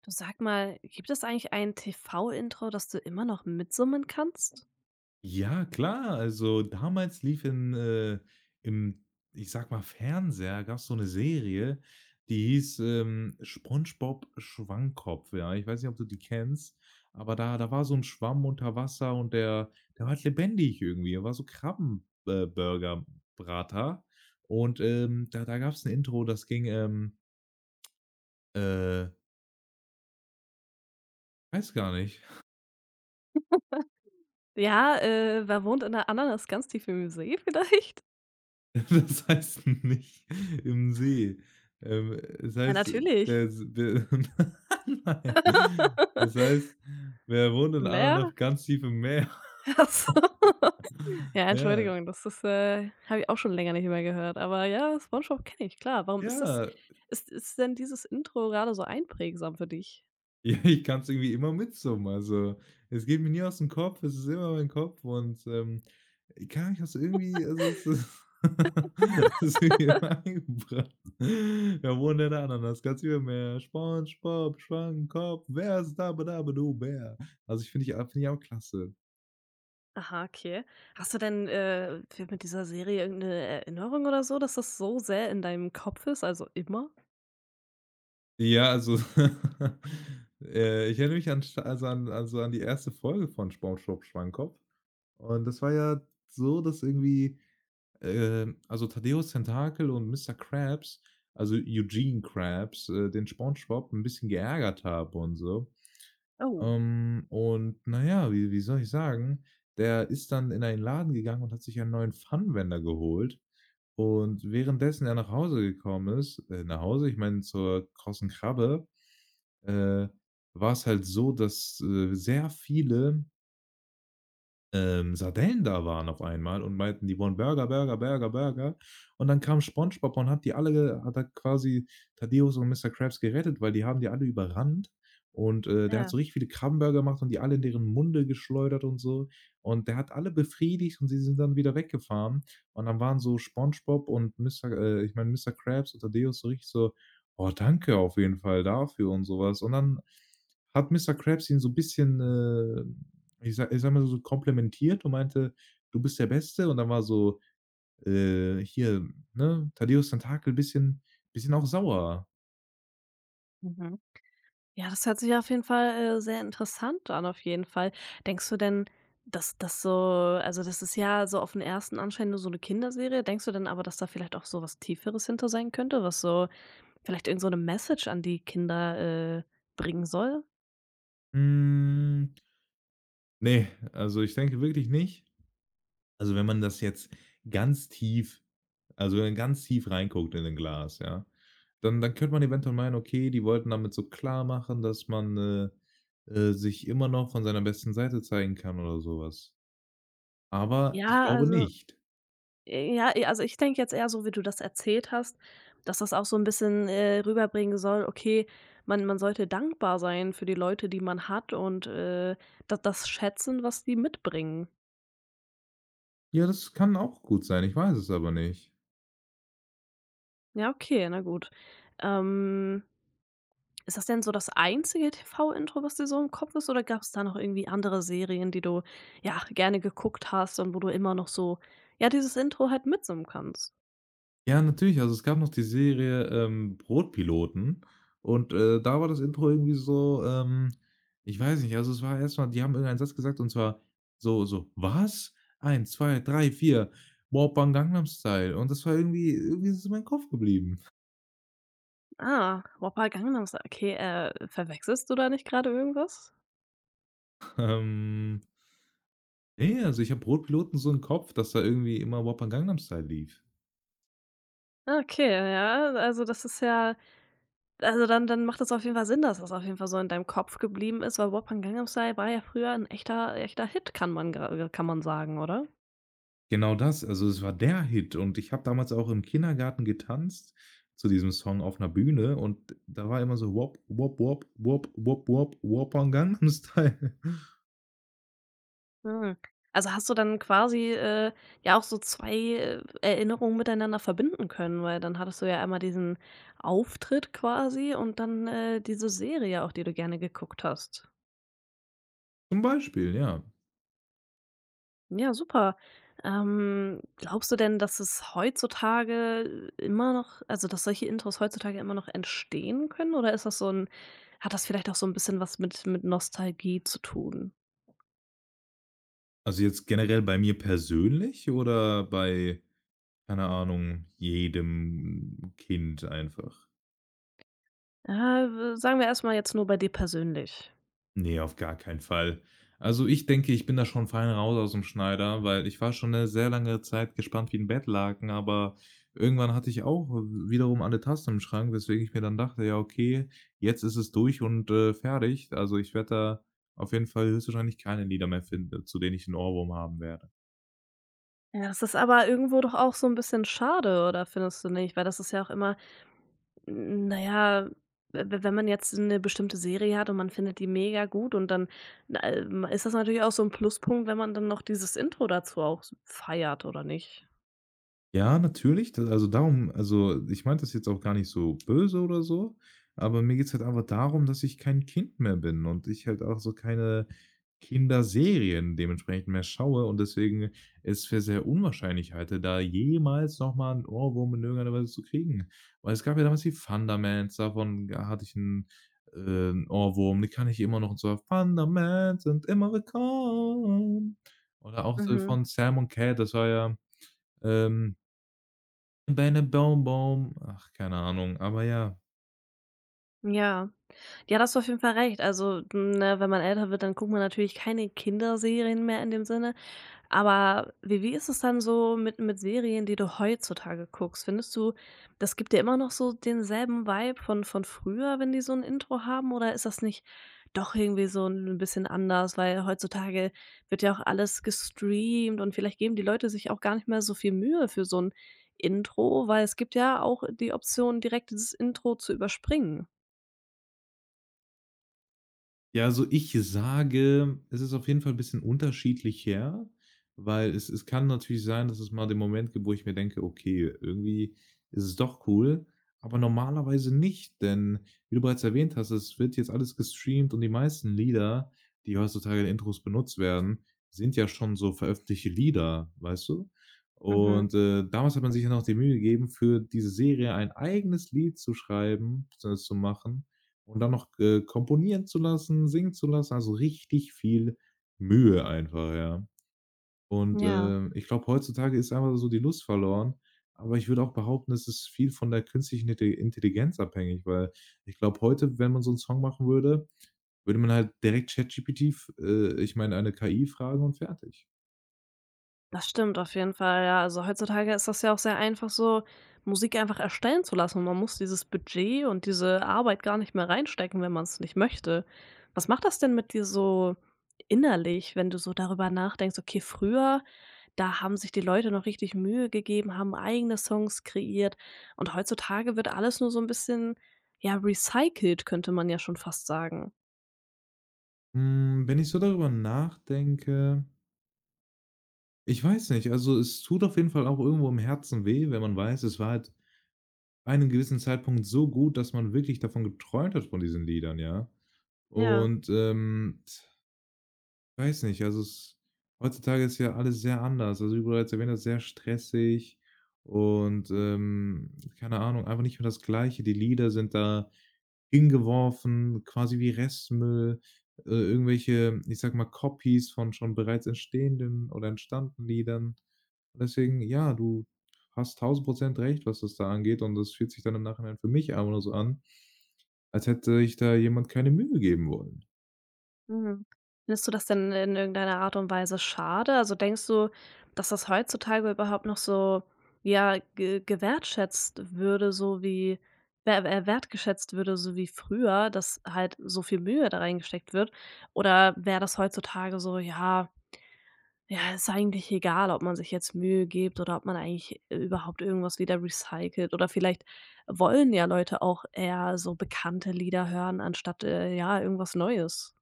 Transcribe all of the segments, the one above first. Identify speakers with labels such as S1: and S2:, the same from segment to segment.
S1: Du sag mal, gibt es eigentlich ein TV-Intro, das du immer noch mitsummen kannst?
S2: Ja, klar. Also, damals lief in, im, ich sag mal, Fernseher gab's so eine Serie, die hieß, „SpongeBob Schwammkopf“, ja. Ich weiß nicht, ob du die kennst, aber da war so ein Schwamm unter Wasser und der war halt lebendig irgendwie. Er war so Krabbenburgerbrater Burger und, da gab's ein Intro, das ging, äh weiß gar nicht.
S1: Ja, wer wohnt in der Ananas ganz tief im See vielleicht?
S2: Das heißt nicht im See. Es
S1: Ja,
S2: heißt,
S1: natürlich.
S2: der s der nein. Es heißt, wir wohnen in
S1: Mehr?
S2: Andernach ganz tief im Meer.
S1: Ach Ja,
S2: Ja,
S1: Entschuldigung, das ist, habe ich auch schon länger nicht mehr gehört. Aber ja, SpongeBob kenne ich, klar. Warum ist das
S2: ja.
S1: ist denn dieses Intro gerade so einprägsam für dich?
S2: Ja, ich kann's irgendwie immer mitsummen. Also, es geht mir nie aus dem Kopf, es ist immer mein Kopf und, keine Ahnung, ich hab's irgendwie also, es ist es ist irgendwie immer eingebrannt. Da wohnt eine Ananas, ganz viel mehr. SpongeBob Schwammkopf, wer ist Dabba-Dabba-Du Bär? Also, ich finde ich finde ich auch klasse.
S1: Aha, okay. Hast du denn, mit dieser Serie irgendeine Erinnerung oder so, dass das so sehr in deinem Kopf ist, also immer?
S2: Ja, also, ich erinnere mich an sch also an die erste Folge von SpongeBob Schwammkopf und das war ja so, dass irgendwie also Thaddäus Tentakel und Mr. Krabs, also Eugene Krabs, den SpongeBob ein bisschen geärgert habe und so.
S1: Oh,
S2: Und na ja, wie soll ich sagen, der ist dann in einen Laden gegangen und hat sich einen neuen Funwender geholt. Und währenddessen er nach Hause, ich meine zur Großen Krabbe, äh, war es halt so, dass, sehr viele Sardellen da waren auf einmal und meinten, die wollen Burger, Burger, Burger, Burger. Und dann kam SpongeBob und hat die alle hat da quasi Thaddeus und Mr. Krabs gerettet, weil die haben die alle überrannt. Und, der hat
S1: ja.
S2: so richtig viele Krabbenburger gemacht und die alle in deren Munde geschleudert und so. Und der hat alle befriedigt und sie sind dann wieder weggefahren. Und dann waren so SpongeBob und Mr. äh, ich meine, Mr. Krabs und Thaddeus so richtig so: „Oh, danke auf jeden Fall dafür“ und sowas. Und dann hat Mr. Krabs ihn so ein bisschen, ich sage mal so komplimentiert und meinte: „Du bist der Beste.“ Und dann war so, hier, ne, Thaddäus Tentakel bisschen auch sauer.
S1: Mhm. Ja, das hört sich auf jeden Fall, sehr interessant an, auf jeden Fall. Denkst du denn, dass das so, das ist ja so auf den ersten anscheinend nur so eine Kinderserie. Denkst du denn aber, dass da vielleicht auch so was Tieferes hinter sein könnte, was so vielleicht irgend so eine Message an die Kinder, bringen soll?
S2: Hm, ne, also ich denke wirklich nicht. Also, wenn man das jetzt ganz tief also wenn man ganz tief reinguckt in den Glas, ja, dann könnte man eventuell meinen, okay, die wollten damit so klar machen, dass man, sich immer noch von seiner besten Seite zeigen kann oder sowas. Aber ich
S1: Ja,
S2: glaube
S1: also
S2: nicht.
S1: Ja, e also, ich denke jetzt eher so, wie du das erzählt hast, dass das auch so ein bisschen, rüberbringen soll, okay, man sollte dankbar sein für die Leute, die man hat und, da das schätzen, was die mitbringen.
S2: Ja, das kann auch gut sein, ich weiß es aber nicht.
S1: Ja, okay, na gut. Ähm, ist das denn so das einzige TV-Intro, was dir so im Kopf ist, oder gab es da noch irgendwie andere Serien, die du, ja, gerne geguckt hast und wo du immer noch so, ja, dieses Intro halt mitsummen kannst?
S2: Ja, natürlich. Also, es gab noch die Serie, Brotpiloten und, da war das Intro irgendwie so, ich weiß nicht, also, es war erstmal, die haben irgendeinen Satz gesagt und zwar so: „Was? 1, 2, 3, 4. Moppan Gangnam Style.“ Und das war irgendwie ist es in meinem Kopf geblieben.
S1: Ah, Whopper Gangnam Style. Okay, verwechselst du da nicht gerade irgendwas?
S2: Ähm, ne, also, ich habe Brotpiloten so im Kopf, dass da irgendwie immer Moppan Gangnam Style lief.
S1: Okay, ja, also das ist ja dann macht das auf jeden Fall Sinn, dass das auf jeden Fall so in deinem Kopf geblieben ist, weil Wappan Gangnam Style war ja früher ein echter Hit, kann man gra kann man sagen, oder?
S2: Genau das, also es war der Hit und ich habe damals auch im Kindergarten getanzt zu diesem Song auf 'ner Bühne und da war immer so: „Wop, wop, wop, wop, wop, wop, wop Wuppa Gangnam Style.“
S1: Mhm. Also hast du dann quasi, ja auch so 2 Erinnerungen miteinander verbinden können, weil dann hattest du ja einmal diesen Auftritt quasi und dann, diese Serie auch, die du gerne geguckt hast.
S2: Zum Beispiel, ja.
S1: Ja, super. Glaubst du denn, dass es heutzutage immer noch, dass solche Intros heutzutage immer noch entstehen können oder ist das so ein hat das vielleicht auch so ein bisschen was mit Nostalgie zu tun?
S2: Also jetzt generell bei mir persönlich oder bei, keine Ahnung, jedem Kind einfach?
S1: Äh, sagen wir erstmal jetzt nur bei dir persönlich.
S2: Nee, auf gar keinen Fall. Also, ich denke, ich bin da schon fein raus aus dem Schneider, weil ich war schon eine sehr lange Zeit gespannt wie ein Bettlaken, aber irgendwann hatte ich auch wiederum alle Tasten im Schrank, weswegen ich mir dann dachte: „Ja, okay, jetzt ist es durch und, fertig.“ Also, ich werde da auf jeden Fall höchstwahrscheinlich keine Lieder mehr finden, zu denen ich 'n Ohrwurm haben werde.
S1: Ja, das ist aber irgendwo doch auch so ein bisschen schade, oder findest du nicht? Weil das ist ja auch immer n na ja, we wenn man jetzt eine bestimmte Serie hat und man findet die mega gut und dann, na ist das natürlich auch so ein Pluspunkt, wenn man dann noch dieses Intro dazu auch s feiert, oder nicht?
S2: Ja, natürlich. Da also darum also, Ich meinte das jetzt auch gar nicht so böse oder so, aber mir geht's halt einfach darum, dass ich kein Kind mehr bin und ich halt auch so keine Kinderserien dementsprechend mehr schaue und deswegen es für sehr unwahrscheinlich halte, da jemals noch mal 'n Ohrwurm in irgendeiner Weise zu kriegen. Weil es gab ja damals die Thundermans, davon g hatte ich einen 'n Ohrwurm, den kann ich immer noch und zwar: „Thundermans sind immer willkommen.“ Oder auch so
S1: Mhm.
S2: von Sam und Cat, das war ja, ähm Bähne Baum Baum. Ach, keine Ahnung, aber ja,
S1: Ja. Ja, da hast du auf jeden Fall recht. Also, ne, wenn man älter wird, dann guckt man natürlich keine Kinderserien mehr in dem Sinne. Aber wie ist es dann so mit Serien, die du heutzutage guckst? Findest du, das gibt dir immer noch so denselben Vibe von früher, wenn die so ein Intro haben, oder ist das nicht doch irgendwie so ein bisschen anders? Weil heutzutage wird ja auch alles gestreamt und vielleicht geben die Leute sich auch gar nicht mehr so viel Mühe für so ein Intro, weil es gibt ja auch die Option, direkt dieses Intro zu überspringen.
S2: ja, also ich sage, es ist auf jeden Fall 'n bisschen unterschiedlich her, weil es kann natürlich sein, dass es mal den Moment gibt, wo ich mir denke: „Okay, irgendwie ist es doch cool“, aber normalerweise nicht, denn wie du bereits erwähnt hast, es wird jetzt alles gestreamt und die meisten Lieder, die heutzutage in Intros benutzt werden, sind ja schon so veröffentlichte Lieder, weißt du?
S1: Mhm,
S2: Und, damals hat man sich ja noch die Mühe gegeben, für diese Serie ein eigenes Lied zu schreiben, beziehungsweise zu machen und dann noch, komponieren zu lassen, singen zu lassen, also richtig viel Mühe einfach, ja. Und,
S1: ja.
S2: ich glaube, heutzutage ist einfach so die Lust verloren, aber ich würde auch behaupten, es ist viel von der künstlichen Intelligenz abhängig, weil ich glaube, heute, wenn man so 'n Song machen würde, würde man halt direkt ChatGPT f ich meine, eine KI fragen und fertig.
S1: Das stimmt auf jeden Fall, ja. Also, heutzutage ist das ja auch sehr einfach so, Musik einfach erstellen zu lassen. Und man muss dieses Budget und diese Arbeit gar nicht mehr reinstecken, wenn man es nicht möchte. Was macht das denn mit dir so innerlich, wenn du so darüber nachdenkst: „Okay, früher, da haben sich die Leute noch richtig Mühe gegeben, haben eigene Songs kreiert und heutzutage wird alles nur so ein bisschen, ja, recycelt“, könnte man ja schon fast sagen.
S2: Hm, wenn ich so darüber nachdenke, ich weiß nicht, also es tut auf jeden Fall auch irgendwo im Herzen weh, wenn man weiß, es war halt einem gewissen Zeitpunkt so gut, dass man wirklich davon geträumt hat von diesen Liedern, ja.
S1: Ja.
S2: Und, ähm Weiß nicht, also es heutzutage ist ja alles sehr anders. Also, wie du bereits erwähnt hast, sehr stressig und, keine Ahnung, einfach nicht mehr das Gleiche. Die Lieder sind da hingeworfen, quasi wie Restmüll, irgendwelche, ich sage mal, Copies von schon bereits entstehenden oder entstandenen Liedern. Und deswegen, ja, du hast 1000% recht, was das da angeht und das fühlt sich dann im Nachhinein für mich einfach nur so an, als hätte ich da jemand keine Mühe geben wollen.
S1: Mhm. Findest du das denn in irgendeiner Art und Weise schade? Also denkst du, dass das heutzutage überhaupt noch so, ja, ge gewertschätzt würde, so wie wer wertgeschätzt würde, so wie früher, dass halt so viel Mühe da reingesteckt wird? Oder wäre das heutzutage so, ja, ja, ist eigentlich egal, ob man sich jetzt Mühe gibt oder ob man eigentlich überhaupt irgendwas wieder recycelt oder vielleicht wollen ja Leute auch eher so bekannte Lieder hören anstatt, ja, irgendwas Neues.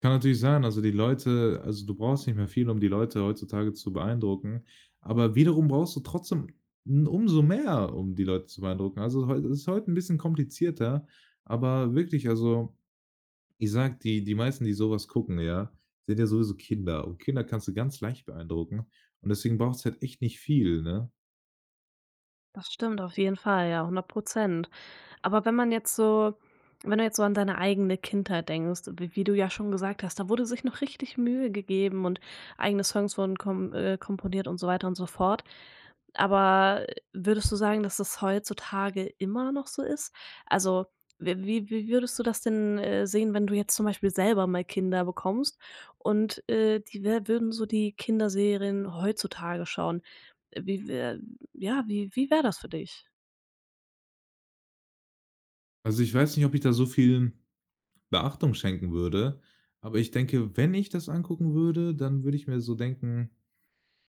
S2: Kann natürlich sein, also die Leute also du brauchst nicht mehr viel, um die Leute heutzutage zu beeindrucken, aber wiederum brauchst du trotzdem n umso mehr, um die Leute zu beeindrucken. Also, heu es ist heute ein bisschen komplizierter, aber wirklich, also, ich sag die meisten, die sowas gucken, ja, sind ja sowieso Kinder und Kinder kannst du ganz leicht beeindrucken und deswegen brauchst du halt echt nicht viel, ne?
S1: Das stimmt auf jeden Fall, ja, hundert Prozent. Aber wenn man jetzt so wenn du jetzt so an deine eigene Kindheit denkst, wie du ja schon gesagt hast, da wurde sich noch richtig Mühe gegeben und eigene Songs wurden komponiert und so weiter und so fort. Aber würdest du sagen, dass das heutzutage immer noch so ist? Also, w wie würdest du das denn, sehen, wenn du jetzt zum Beispiel selber mal Kinder bekommst und, die wä würden so die Kinderserien heutzutage schauen? Wie wär ja, wie wäre das für dich?
S2: Also, ich weiß nicht, ob ich da so viel Beachtung schenken würde, aber ich denke, wenn ich das angucken würde, dann würde ich mir so denken: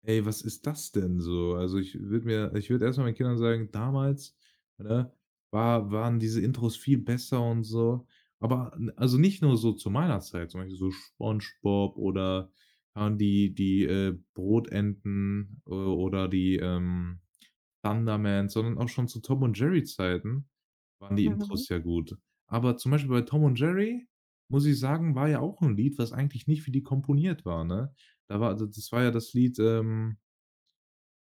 S2: Ey, was ist das denn so? Also, ich würde erstmal meinen Kindern sagen, damals, ne, waren diese Intros viel besser und so. Aber n also nicht nur so zu meiner Zeit, zum Beispiel so SpongeBob oder dann Brotenten o oder die, Thundermans, sondern auch schon zu Tom und Jerry Zeiten waren die
S1: Mhm.
S2: Intros ja gut. Aber zum Beispiel bei Tom und Jerry, muss ich sagen, war ja auch ein Lied, was eigentlich nicht für die komponiert war, ne? Da war d Das war ja das Lied, ähm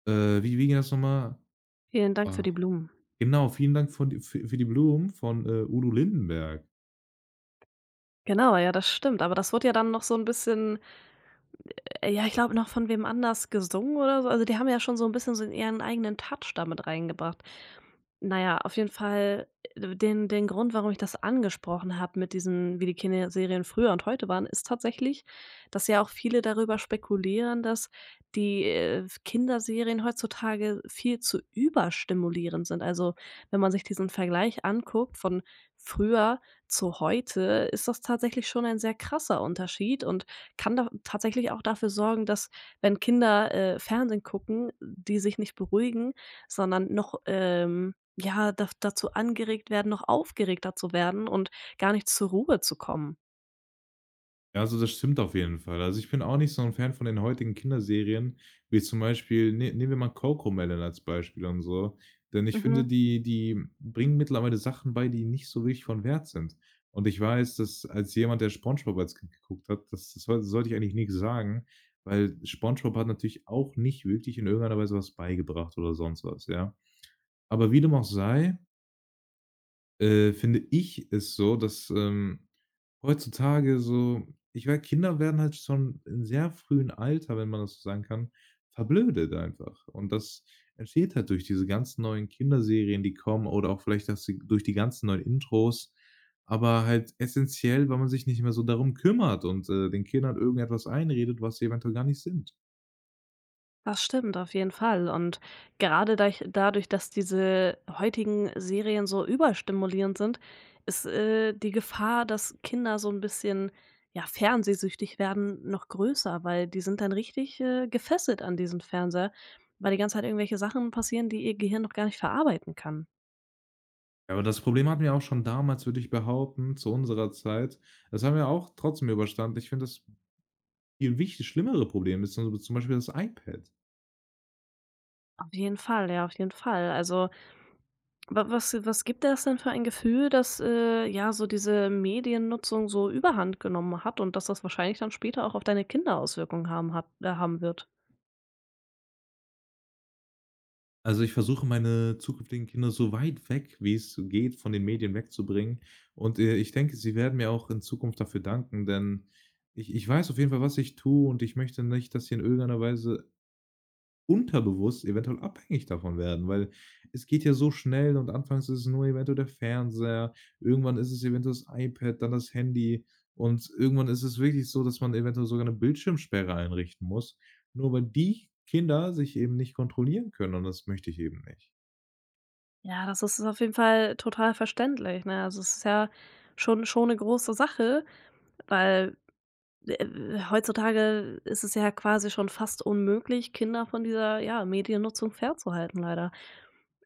S2: äh, wie wie ging das nochmal?
S1: Vielen Dank für
S2: Ah,
S1: die Blumen.
S2: genau, vielen Dank von d für die Blumen von, Udo Lindenberg.
S1: Genau, ja, das stimmt. Aber das wurde ja dann noch so ein bisschen ja, ich glaube noch von wem anders gesungen oder so. Also, die haben ja schon so ein bisschen so ihren eigenen Touch damit reingebracht. Na ja, auf jeden Fall, den Grund, warum ich das angesprochen habe mit diesen wie die Kinderserien früher und heute waren, ist tatsächlich, dass ja auch viele darüber spekulieren, dass die, Kinderserien heutzutage viel zu überstimulierend sind. Also, wenn man sich diesen Vergleich anguckt von früher zu heute, ist das tatsächlich schon ein sehr krasser Unterschied und kann doch tatsächlich auch dafür sorgen, dass, wenn Kinder, Fernsehen gucken, die sich nicht beruhigen, sondern noch, ja, da dazu angeregt werden, noch aufgeregter zu werden und gar nicht zur Ruhe zu kommen.
S2: Ja, also, das stimmt auf jeden Fall. Also, ich bin auch nicht so ein Fan von den heutigen Kinderserien, wie zum Beispiel nehmen wir mal Cocomelon als Beispiel und so, denn ich finde,
S1: Mhm.
S2: die bringen mittlerweile Sachen bei, die nicht so wirklich von Wert sind. Und ich weiß, dass als jemand, der SpongeBob als Kind geguckt hat, das das soll sollte ich eigentlich nicht sagen, weil SpongeBob hat natürlich auch nicht wirklich in irgendeiner Weise was beigebracht oder sonst was, ja. Aber wie dem auch sei, finde ich es so, dass, heutzutage so ich weiß, Kinder werden halt schon in sehr frühen Alter, wenn man das so sagen kann, verblödet einfach. Und das entsteht halt durch diese ganzen neuen Kinderserien, die kommen oder auch vielleicht, dass sie durch die ganzen neuen Intros, aber halt essentiell, weil man sich nicht mehr so darum kümmert und, den Kindern irgendetwas einredet, was sie eventuell gar nicht sind.
S1: Das stimmt, auf jeden Fall. Und gerade dadurch, dass diese heutigen Serien so überstimulierend sind, ist die Gefahr, dass Kinder so ein bisschen, ja, fernsehsüchtig werden, noch größer, weil die sind dann richtig, gefesselt an diesen Fernseher, weil die ganze Zeit irgendwelche Sachen passieren, die ihr Gehirn noch gar nicht verarbeiten kann.
S2: Ja, aber das Problem hatten wir auch schon damals, würde ich behaupten, zu unserer Zeit. Das haben wir auch trotzdem überstanden. Ich finde, das Viel wichtig schlimmere Probleme ist dann so zum Beispiel das iPad.
S1: Auf jeden Fall, ja, auf jeden Fall. Also, Wa was gibt dir das denn für ein Gefühl, dass, ja, so diese Mediennutzung so Überhand genommen hat und dass das wahrscheinlich dann später auch auf deine Kinder Auswirkungen haben hat haben wird?
S2: Also, ich versuche meine zukünftigen Kinder so weit weg, wie es so geht, von den Medien wegzubringen und, ich denke, sie werden mir auch in Zukunft dafür danken, denn ich weiß auf jeden Fall, was ich tue und ich möchte nicht, dass sie in irgendeiner Weise unterbewusst eventuell abhängig davon werden, weil es geht ja so schnell und anfangs ist es nur eventuell der Fernseher, irgendwann ist es eventuell das iPad, dann das Handy und irgendwann ist es wirklich so, dass man eventuell sogar eine Bildschirmsperre einrichten muss, nur weil die Kinder sich eben nicht kontrollieren können und das möchte ich eben nicht.
S1: Ja, das ist auf jeden Fall total verständlich, ne? Also, es ist ja schon eine große Sache, weil, äh, heutzutage ist es ja quasi schon fast unmöglich, Kinder von dieser, ja, Mediennutzung fernzuhalten leider.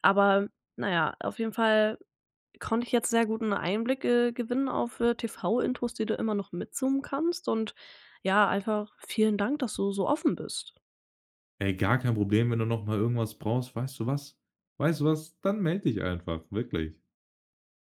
S1: Aber na ja, auf jeden Fall konnte ich jetzt sehr guten Einblick, gewinnen auf, TV-Infos, die du immer noch mitzoomen kannst und ja, einfach vielen Dank, dass du so offen bist.
S2: „Ey, gar kein Problem, wenn du noch mal irgendwas brauchst, weißt du was? Weißt du was? Dann melde dich einfach“, wirklich.